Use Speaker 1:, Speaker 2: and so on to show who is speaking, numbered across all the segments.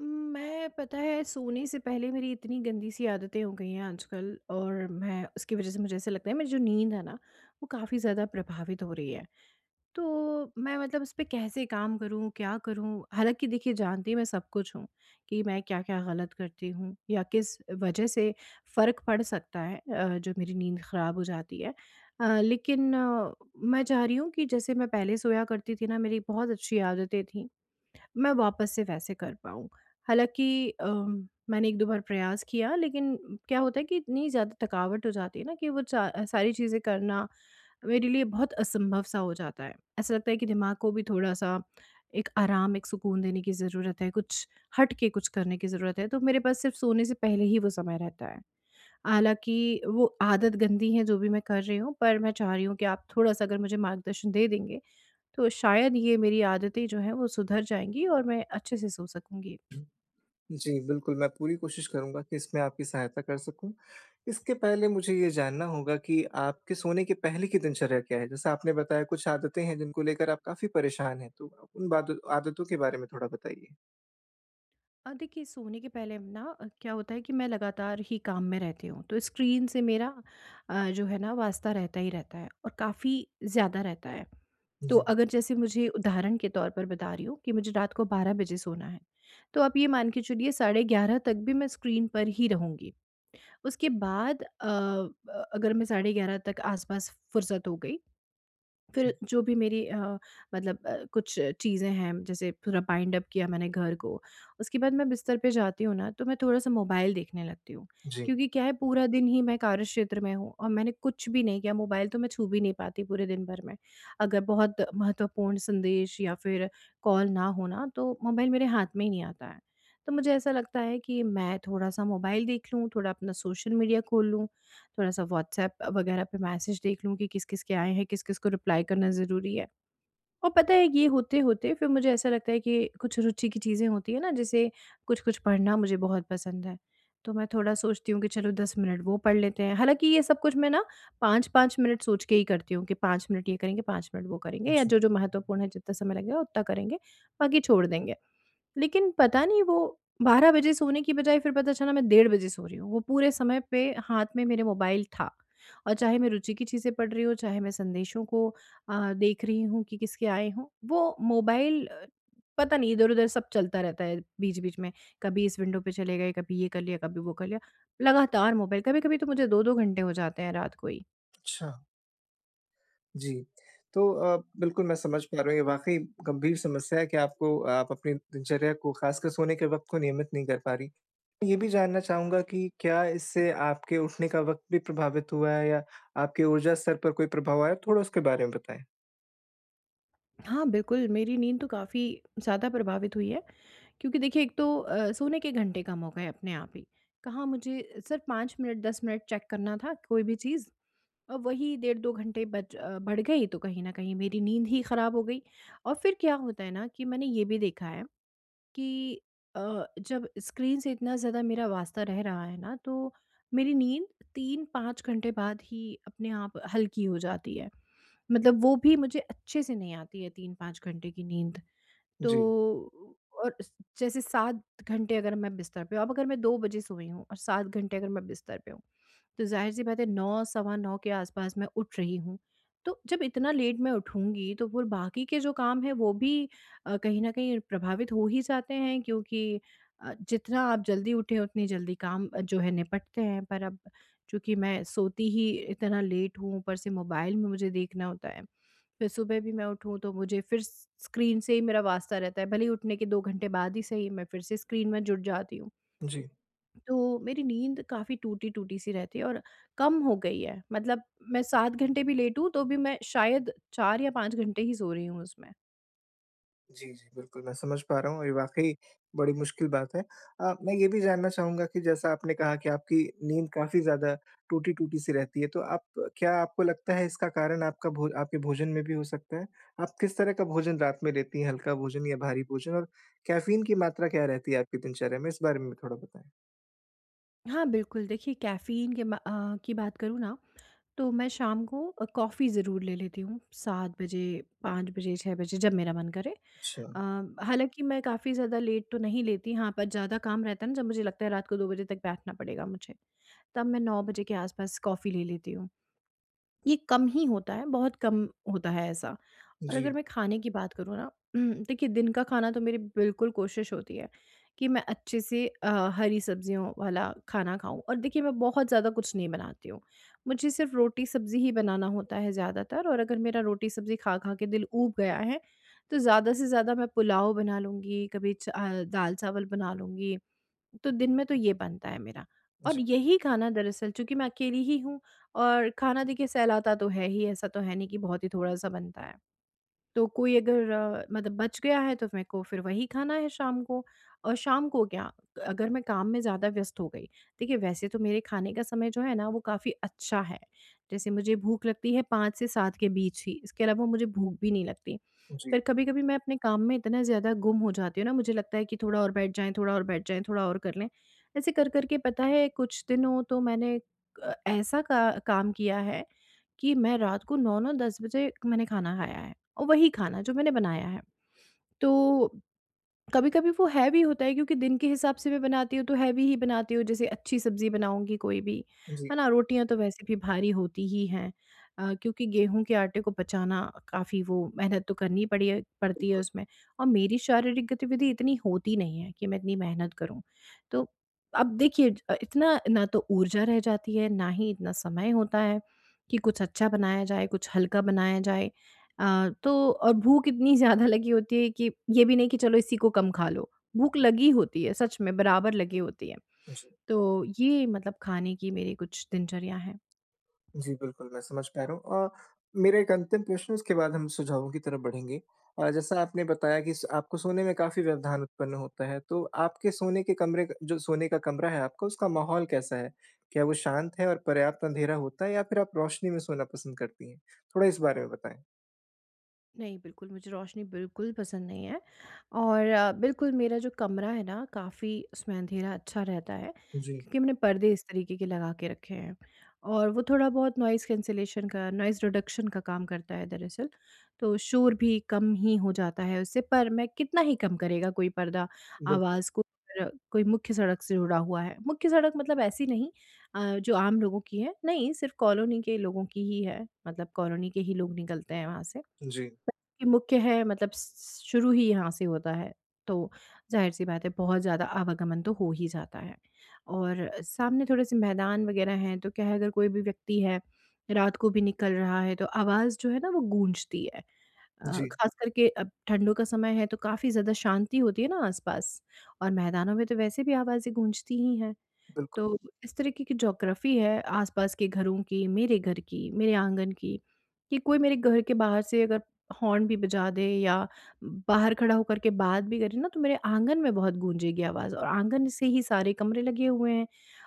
Speaker 1: मैं पता है, सोने से पहले मेरी इतनी गंदी सी आदतें हो गई हैं आजकल, और मैं उसकी वज़ह से मुझे ऐसा लगता है मेरी जो नींद है ना वो काफ़ी ज़्यादा प्रभावित हो रही है। तो मैं मतलब उस पे कैसे काम करूँ, क्या करूँ? हालाँकि देखिए, जानती मैं सब कुछ हूँ कि मैं क्या-क्या गलत करती हूँ या किस वज़ह से फ़र्क पड़ सकता है, जो मेरी नींद ख़राब हो जाती है। लेकिन मैं चाह रही हूँ कि जैसे मैं पहले सोया करती थी ना मेरी बहुत अच्छी आदतें थी। मैं वापस से वैसे कर पाऊँ। हालाँकि मैंने 1-2 बार प्रयास किया, लेकिन क्या होता है कि इतनी ज़्यादा थकावट हो जाती है ना कि वो सारी चीज़ें करना मेरे लिए बहुत असंभव सा हो जाता है। ऐसा लगता है कि दिमाग को भी थोड़ा-सा एक आराम, एक सुकून देने की ज़रूरत है, कुछ हट के कुछ करने की ज़रूरत है, तो मेरे पास सिर्फ़ सोने से पहले ही वो समय रहता है। हालाँकि वो आदत गंदी है जो भी मैं कर रही हूँ, पर मैं चाह रही हूँ कि आप थोड़ा-सा अगर मुझे मार्गदर्शन दे देंगे तो शायद ये मेरी आदतें जो हैं वो सुधर जाएँगी और मैं अच्छे से सो सकूँगी।
Speaker 2: जी, बिल्कुल, मैं पूरी कोशिश करूँगा कि इसमें आपकी सहायता कर सकूँ। इसके पहले मुझे ये जानना होगा कि आपके सोने के पहले की दिनचर्या क्या है? जैसा आपने बताया, कुछ आदतें हैं जिनको लेकर आप काफ़ी परेशान हैं, तो उन बादो आदतों के बारे में थोड़ा बताइए।
Speaker 1: देखिए, सोने के पहले ना क्या होता है कि मैं लगातार ही काम में रहती हूँ, तो स्क्रीन से मेरा जो है ना वास्ता रहता ही रहता है, और काफ़ी ज़्यादा रहता है।
Speaker 2: जी,
Speaker 1: तो
Speaker 2: जी,
Speaker 1: अगर जैसे मुझे उदाहरण के तौर पर बता रही हूँ कि मुझे रात को 12 बजे सोना है, तो आप ये मान के चलिए साढ़े 11 तक भी मैं स्क्रीन पर ही रहूँगी। उसके बाद अगर मैं साढ़े 11 तक आस-पास फुर्सत हो गई, फिर जो भी मेरी मतलब कुछ चीज़ें हैं, जैसे पूरा बाइंड अप किया मैंने घर को, उसके बाद मैं बिस्तर पे जाती हूँ ना तो मैं थोड़ा-सा मोबाइल देखने लगती हूँ।
Speaker 2: जी।
Speaker 1: क्योंकि क्या है, पूरा दिन ही मैं कार्यक्षेत्र में हूँ और मैंने कुछ भी नहीं किया, मोबाइल तो मैं छू भी नहीं पाती पूरे दिन भर में। अगर बहुत महत्वपूर्ण संदेश या फिर कॉल ना हो ना तो मोबाइल मेरे हाथ में ही नहीं आता है। तो मुझे ऐसा लगता है कि मैं थोड़ा-सा मोबाइल देख लूँ, थोड़ा अपना सोशल मीडिया खोल लूँ, थोड़ा-सा व्हाट्सएप वगैरह पे मैसेज देख लूँ कि किस-किस के आए हैं, किस-किस को रिप्लाई करना ज़रूरी है। और पता है ये होते-होते फिर मुझे ऐसा लगता है कि कुछ रुचि की चीज़ें होती हैं ना, जैसे कुछ-कुछ पढ़ना मुझे बहुत पसंद है। तो मैं थोड़ा सोचती हूँ कि चलो 10 मिनट वो पढ़ लेते हैं। हालाँकि ये सब कुछ मैं ना 5-5 मिनट सोच के ही करती हूँ कि 5 मिनट ये करेंगे, 5 मिनट वो करेंगे, या जो-जो महत्वपूर्ण है जितना समय लगेगा उतना करेंगे, बाकी छोड़ देंगे। लेकिन पता नहीं, वो 12 बजे सोने की बजाय फिर पता चला मैं डेढ़ बजे सो रही हूँ। वो पूरे समय पे हाथ में मेरे मोबाइल था, और चाहे मैं रुचि की चीज़ें पढ़ रही हूँ, चाहे मैं संदेशों को देख रही हूँ कि किसके आए हों, वो मोबाइल पता नहीं इधर-उधर सब चलता रहता है बीच-बीच में। कभी इस विंडो पे चले गए, कभी ये कर लिया, कभी वो कर लिया। लगातार मोबाइल, कभी-कभी तो मुझे 2-2 घंटे हो जाते हैं रात को ही।
Speaker 2: अच्छा। जी। तो बिल्कुल, मैं समझ पा रहा हूँ, ये वाक़ई गंभीर समस्या है कि आपको आप अपनी दिनचर्या को, ख़ासकर सोने के वक़्त को, नियमित नहीं कर पा रहीं। ये भी जानना चाहूँगा कि क्या इससे आपके उठने का वक़्त भी प्रभावित हुआ है, या आपके ऊर्जा स्तर पर कोई प्रभाव आया? थोड़ा उसके बारे में बताएँ।
Speaker 1: हाँ, बिल्कुल, मेरी नींद तो काफ़ी ज़्यादा प्रभावित हुई है क्योंकि देखिए एक तो सोने के घंटे कम हो गए अपने आप ही। कहाँ मुझे सिर्फ 5 मिनट 10 मिनट चेक करना था कोई भी चीज़, और वही डेढ़ 2 घंटे बढ़ गई, तो कहीं न कहीं मेरी नींद ही ख़राब हो गई। और फिर क्या होता है ना कि मैंने ये भी देखा है कि जब स्क्रीन से इतना ज़्यादा मेरा वास्ता रह रहा है ना तो मेरी नींद 3-5 घंटे बाद ही अपने आप हल्की हो जाती है। मतलब वो भी मुझे अच्छे से नहीं आती है 3-5 घंटे की नींद। तो
Speaker 2: जी,
Speaker 1: और स जैसे 7 घंटे अगर मैं बिस्तर पे हूँ, अब अगर मैं 2 बजे सोई हूँ और 7 घंटे अगर मैं बिस्तर पे हूँ, तो ज़ाहिर-सी बात है 9 सवा 9 के आस-पास मैं उठ रही हूँ। तो जब इतना लेट मैं उठूँगी तो फिर बाकी के जो काम हैं वो भी कहीं न कहीं प्रभावित हो ही जाते हैं, क्योंकि जितना आप जल्दी उठें उतनी जल्दी काम जो है निपटते हैं। पर अब चूँकि मैं सोती ही इतना लेट हूँ, ऊपर से मोबाइल में मुझे देखना होता है। फिर सुबह भी मैं उठूँ तो मुझे फिर स्क्रीन से ही मेरा वास्ता रहता है। भले ही उठने के 2 घंटे बाद ही सही, मैं फिर से स्क्रीन में जुट जाती हूँ।
Speaker 2: जी।
Speaker 1: तो मेरी नींद काफ़ी टूटी-टूटी सी रहती है और कम हो गई है। मतलब मैं 7 घंटे भी लेटूँ तो भी मैं शायद 4 या 5 घंटे ही सो रही हूँ उसमें।
Speaker 2: जी, जी, बिल्कुल, मैं समझ पा रहा हूँ, और ये वाक़ई बड़ी मुश्किल बात है। मैं ये भी जानना चाहूँगा कि जैसा आपने कहा कि आपकी नींद काफ़ी ज़्यादा टूटी-टूटी सी रहती है, तो आप, क्या आपको लगता है इसका कारण आपका भो आपके भोजन में भी हो सकता है? आप किस तरह का भोजन रात में लेती हैं, हल्का भोजन या भारी भोजन? और कैफ़ीन की मात्रा क्या रहती है आपकी दिनचर्या में? इस बारे में भी थोड़ा बताएँ।
Speaker 1: हाँ, बिल्कुल, देखिए कैफ़ीन के की बात करूँ ना तो मैं शाम को कॉफ़ी ज़रूर ले लेती हूँ 7 बजे, 5 बजे, 6 बजे, जब मेरा मन करे।
Speaker 2: अच्छा।
Speaker 1: अ, हालाँकि मैं काफ़ी ज़्यादा लेट तो नहीं लेती, हाँ, पर ज़्यादा काम रहता है ना जब मुझे लगता है रात को 2 बजे तक बैठना पड़ेगा मुझे। तब मैं 9 बजे के आस-पास कॉफ़ी ले लेती हूँ। ये कम ही होता है, बहुत कम होता है ऐसा। और अगर
Speaker 2: जी,
Speaker 1: मैं खाने की बात करूँ ना, देखिए, दिन का खाना तो मेरी बिल्कुल कोशिश होती है कि मैं अच्छे से हरी सब्जियों वाला खाना खाऊं, और देखिए मैं बहुत ज़्यादा कुछ नहीं बनाती हूँ, मुझे सिर्फ रोटी सब्जी ही बनाना होता है ज़्यादातर, और अगर मेरा रोटी सब्जी खा खा के दिल ऊब गया है तो ज़्यादा से ज़्यादा मैं पुलाव बना लूँगी, कभी दाल चावल बना लूँगी। तो दिन में तो ये बनता है मेरा।
Speaker 2: जी,
Speaker 1: और यही खाना, दरअसल चूंकि मैं अकेली ही हूँ और खाना देखिए सहलाता तो है ही, ऐसा तो है नहीं कि बहुत ही थोड़ा सा बनता है, तो कोई अगर मतलब बच गया है, तो मेरे को फिर वही खाना है शाम को। और शाम को क्या, अगर मैं काम में ज़्यादा व्यस्त हो गई, देखिए वैसे तो मेरे खाने का समय जो है ना वो काफ़ी अच्छा है, जैसे मुझे भूख लगती है पाँच से सात के बीच ही, इसके अलावा मुझे भूख भी नहीं लगती।
Speaker 2: जी,
Speaker 1: पर कभी कभी मैं अपने काम में इतना ज़्यादा गुम हो जाती हूँ ना, मुझे लगता है कि थोड़ा और बैठ जाएं, थोड़ा और बैठ जाएं, थोड़ा और कर लें। ऐसे कर करके पता है, कुछ दिनों तो मैंने ऐसा काम किया है कि मैं रात को 9-9 10 बजे मैंने खाना खाया है, और वही खाना जो मैंने बनाया है। तो कभी-कभी वो हैवी होता है क्योंकि दिन के हिसाब से मैं बनाती हूँ तो हैवी ही बनाती हूँ। जैसे अच्छी सब्ज़ी बनाऊँगी कोई भी,
Speaker 2: जी,
Speaker 1: है ना? रोटियाँ तो वैसे भी भारी होती ही हैं, क्योंकि गेहूँ के आटे को पचाना काफ़ी, वो मेहनत तो करनी पड़ी है पड़ती है उसमें, और मेरी शारीरिक गतिविधि इतनी होती नहीं है कि मैं इतनी मेहनत करूँ। तो अब देखिए, इतना ना तो ऊर्जा रह जाती है, ना ही इतना समय होता है कि कुछ अच्छा बनाया जाए, कुछ हल्का बनाया जाए। तो और भूख इतनी ज़्यादा लगी होती है कि ये भी नहीं कि चलो इसी को कम खा लो, भूख लगी होती है, सच में बराबर लगी होती है।
Speaker 2: जी।
Speaker 1: तो ये मतलब खाने की मेरी कुछ दिनचर्या है।
Speaker 2: जी, बिल्कुल, मैं समझ पा रहा हूँ। मेरा एक अंतिम प्रश्न, उसके बाद हम सुझावों की तरफ बढ़ेंगे। जैसा आपने बताया कि स आपको सोने में काफ़ी व्यवधान उत्पन्न होता है, तो आपके सोने के कमरे क जो सोने का कमरा है आपका, उसका माहौल कैसा है? क्या वो शांत है और पर्याप्त अँधेरा होता है, या फिर आप रोशनी में सोना पसंद करती हैं? थोड़ा इस बारे में बताएँ।
Speaker 1: नहीं, बिल्कुल मुझे रोशनी बिल्कुल पसंद नहीं है, और बिल्कुल मेरा जो कमरा है ना काफ़ी उसमें अंधेरा अच्छा रहता है,
Speaker 2: जी,
Speaker 1: क्योंकि मैंने पर्दे इस तरीके के लगा के रखे हैं, और वो थोड़ा बहुत नॉइज़ कैंसलेशन का, नॉइज़ रिडक्शन का काम करता है दरअसल। तो शोर भी कम ही हो जाता है उससे, पर मैं कितना ही कम करेगा कोई पर्दा
Speaker 2: बिल्कुल।
Speaker 1: आवाज़ को, अगर कोई मुख्य सड़क से जुड़ा हुआ है। मुख्य सड़क मतलब ऐसी नहीं जो आम लोगों की है, नहीं सिर्फ़ कॉलोनी के लोगों की ही है, मतलब कॉलोनी के ही लोग निकलते हैं वहाँ से।
Speaker 2: जी,
Speaker 1: कि मुख्य है मतलब स शुरू ही यहाँ से होता है, तो ज़ाहिर-सी बात है बहुत ज़्यादा आवागमन तो हो ही जाता है। और सामने थोड़े-से मैदान वग़ैरह हैं, तो क्या है, अगर कोई भी व्यक्ति है, रात को भी निकल रहा है, तो आवाज़ जो है ना वो गूंजती है।
Speaker 2: जी,
Speaker 1: ख़ास करके अब ठंडों का समय है, तो काफ़ी ज़्यादा शांति होती है ना आस-पास, और मैदानों में तो वैसे भी आवाज़ें गूंजती ही हैं।
Speaker 2: बिल्कुल।
Speaker 1: तो इस तरीके की ज्योग्राफी है आसपास के घरों की, मेरे घर की, मेरे आंगन की, कि कोई मेरे घर के बाहर से अगर हॉर्न भी बजा दे या बाहर खड़ा होकर के बात भी करे ना, तो मेरे आंगन में बहुत गूंजेगी आवाज़, और आंगन से ही सारे कमरे लगे हुए हैं,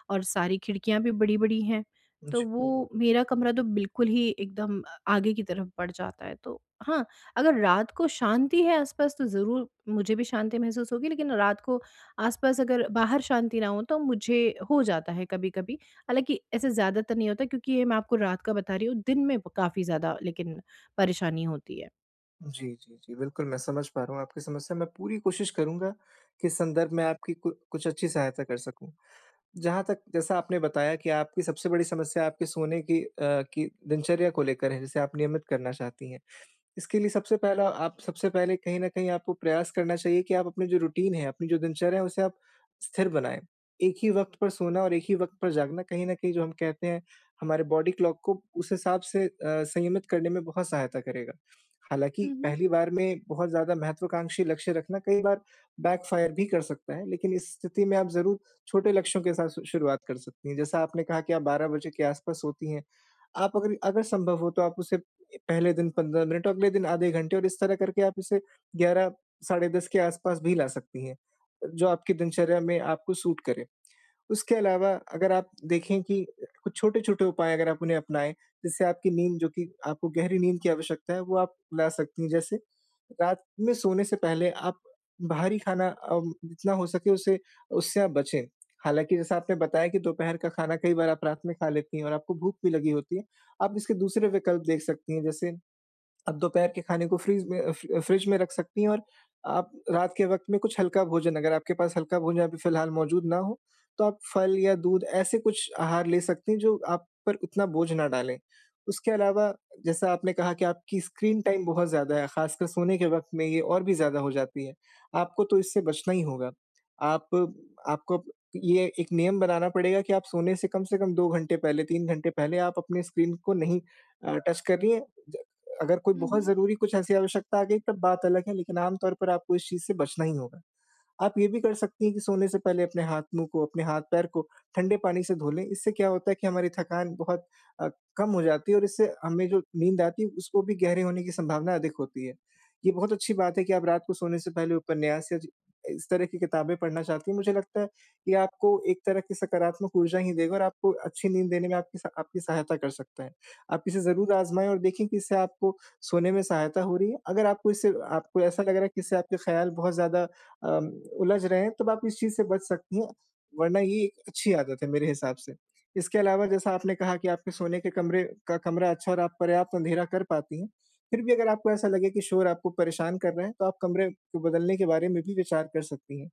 Speaker 1: और सारी खिड़कियाँ भी बड़ी-बड़ी हैं। तो
Speaker 2: जी,
Speaker 1: वो मेरा कमरा तो बिल्कुल ही एकदम आगे की तरफ बढ़ जाता है। तो हाँ, अगर रात को शांति है आसपास तो ज़रूर मुझे भी शांति महसूस होगी, लेकिन रात को आस-पास अगर बाहर शांति ना हो तो मुझे हो जाता है कभी-कभी। हालाँकि ऐसे ज़्यादातर नहीं होता क्योंकि ये मैं आपको रात का बता रही हूँ, दिन में ब काफ़ी ज़्यादा लेकिन परेशानी होती है।
Speaker 2: जी, जी, जी, बिल्कुल, मैं समझ पा रहा हूँ आपकी समस्या। मैं पूरी कोशिश करूँगा कि इस संदर्भ में आपकी कु कुछ अच्छी सहायता कर सकूँ। जहाँ तक, जैसा आपने बताया कि आपकी सबसे बड़ी समस्या आपके सोने की दिनचर्या को लेकर है, जिसे आप नियमित करना चाहती हैं। इसके लिए सबसे पहला आप सबसे पहले, कहीं न कहीं आपको प्रयास करना चाहिए कि आप अपनी जो रूटीन है, अपनी जो दिनचर्या है, उसे आप स्थिर बनाएँ। एक ही वक़्त पर सोना और एक ही वक़्त पर जागना, कहीं न कहीं जो हम कहते हैं, हमारे बॉडी क्लॉक को उस हिसाब से संयमित करने में बहुत सहायता करेगा। हालाँकि
Speaker 1: हुँ, हुँ।
Speaker 2: पहली बार में बहुत ज़्यादा महत्वाकांक्षी लक्ष्य रखना कई बार बैकफ़ायर भी कर सकता है, लेकिन इस स्थिति में आप ज़रूर छोटे लक्ष्यों के साथ शु शुरुआत कर सकती हैं। जैसा आपने कहा कि आप 12 बजे के आस-पास सोती हैं, आप, अगर अगर संभव हो, तो आप उसे पहले दिन 15 मिनट और अगले दिन आधे घंटे, और इस तरह करके आप इसे 11, साढ़े 10 के आसपास भी ला सकती हैं, जो आपकी दिनचर्या में आपको सूट करे। उसके अलावा, अगर आप देखें कि कुछ छोटे-छोटे उपाय अगर आप उन्हें अपनाएँ, जिससे आपकी नींद, जो कि आपको गहरी नींद की आवश्यकता है, वो आप ला सकती हैं। जैसे, रात में सोने से पहले आप बाहरी खाना, जितना हो सके उसे उससे आप बचें। हालाँकि जैसा आपने बताया कि दोपहर का खाना कई बार आप रात में खा लेती हैं और आपको भूख भी लगी होती है, आप इसके दूसरे विकल्प देख सकती हैं। जैसे, आप दोपहर के खाने को फ्रीज़ में, फ्रिज में रख सकती हैं, और आप रात के वक़्त में कुछ हल्का भोजन, अगर आपके पास हल्का भोजन अभी फ़िलहाल मौजूद ना हो, तो आप फल या दूध, ऐसे कुछ आहार ले सकती हैं, जो आप पर उतना बोझ ना डालें। उसके अलावा, जैसा आपने कहा कि आपकी स्क्रीन टाइम बहुत ज़्यादा है, ख़ासकर सोने के वक़्त में ये और भी ज़्यादा हो जाती है। आपको तो इससे बचना ही होगा। आप आपको अप ये एक नियम बनाना पड़ेगा कि आप सोने से कम 2 घंटे पहले, 3 घंटे पहले आप अपनी स्क्रीन को नहीं, टच कर रही हैं। ज अगर कोई
Speaker 1: हुँ,
Speaker 2: बहुत
Speaker 1: हुँ।
Speaker 2: ज़रूरी, कुछ ऐसी आवश्यकता आ गई, तब बात अलग है, लेकिन आम तौर पर आपको इस चीज़ से बचना ही होगा। आप ये भी कर सकती हैं कि सोने से पहले अपने हाथ-मुँह को, अपने हाथ-पैर को ठंडे पानी से धो लें। इससे क्या होता है कि हमारी थकान बहुत अ, कम हो जाती है, और इससे हमें जो नींद आती है, उसको भी गहरे होने की संभावना अधिक होती है। ये बहुत अच्छी बात है कि आप रात को सोने से पहले उपन्यास या ज इस तरह की किताबें पढ़ना चाहती हैं। मुझे लगता है ये आपको एक तरह की सकारात्मक ऊर्जा ही देगा, और आपको अच्छी नींद देने में आपकी सहायता कर सकता है। आप इसे ज़रूर आज़माएँ और देखें कि इससे आपको सोने में सहायता हो रही है। अगर आपको ऐसा लग रहा है कि इससे आपके ख़्याल बहुत ज़्यादा अम, उलझ रहे हैं, तब आप इस चीज़ से बच सकती हैं, वरना ये एक अच्छी आदत है मेरे हिसाब से। इसके अलावा, जैसा आपने कहा कि आपके सोने के कमरे का कमरा अच्छा, और आप पर्याप्त अँधेरा कर पाती हैं, फिर भी अगर आपको ऐसा लगे कि शोर आपको परेशान कर रहा है, तो आप कमरे को बदलने के बारे में भी विचार कर सकती हैं।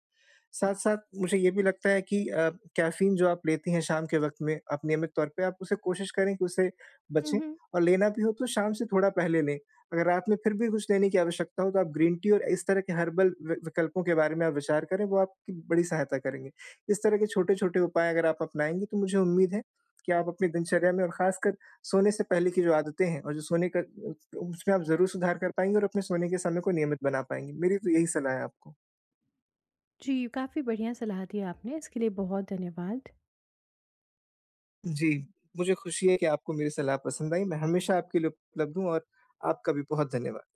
Speaker 2: साथ-साथ मुझे ये भी लगता है कि कैफ़ीन जो आप लेती हैं शाम के वक़्त में, आप नियमित तौर पे आप उसे कोशिश करें कि उससे
Speaker 1: हुँ,
Speaker 2: बचें,
Speaker 1: हुँ।
Speaker 2: और लेना भी हो तो शाम से थोड़ा पहले लें। अगर रात में फिर भी कुछ लेने की आवश्यकता हो, तो आप ग्रीन टी और इस तरह के हर्बल वि विकल्पों के बारे में आप विचार करें, वो आपकी बड़ी सहायता करेंगे। इस तरह के छोटे-छोटे उपाय अगर आप अपनाएँगी, तो मुझे उम्मीद है कि आप अपनी दिनचर्या में, और ख़ासकर सोने से पहले की जो आदतें हैं, और जो सोने का, उसमें आप ज़रूर सुधार कर पाएँगी, और अपने सोने के समय को नियमित बना पाएँगी। मेरी तो यही सलाह है आपको।
Speaker 1: जी, काफ़ी बढ़िया सलाह दी आपने, इसके लिए बहुत धन्यवाद।
Speaker 2: जी, मुझे खुशी है कि आपको मेरी सलाह पसंद आई। मैं हमेशा आपके लिए उपलब्ध हूँ, और आपका भी बहुत धन्यवाद।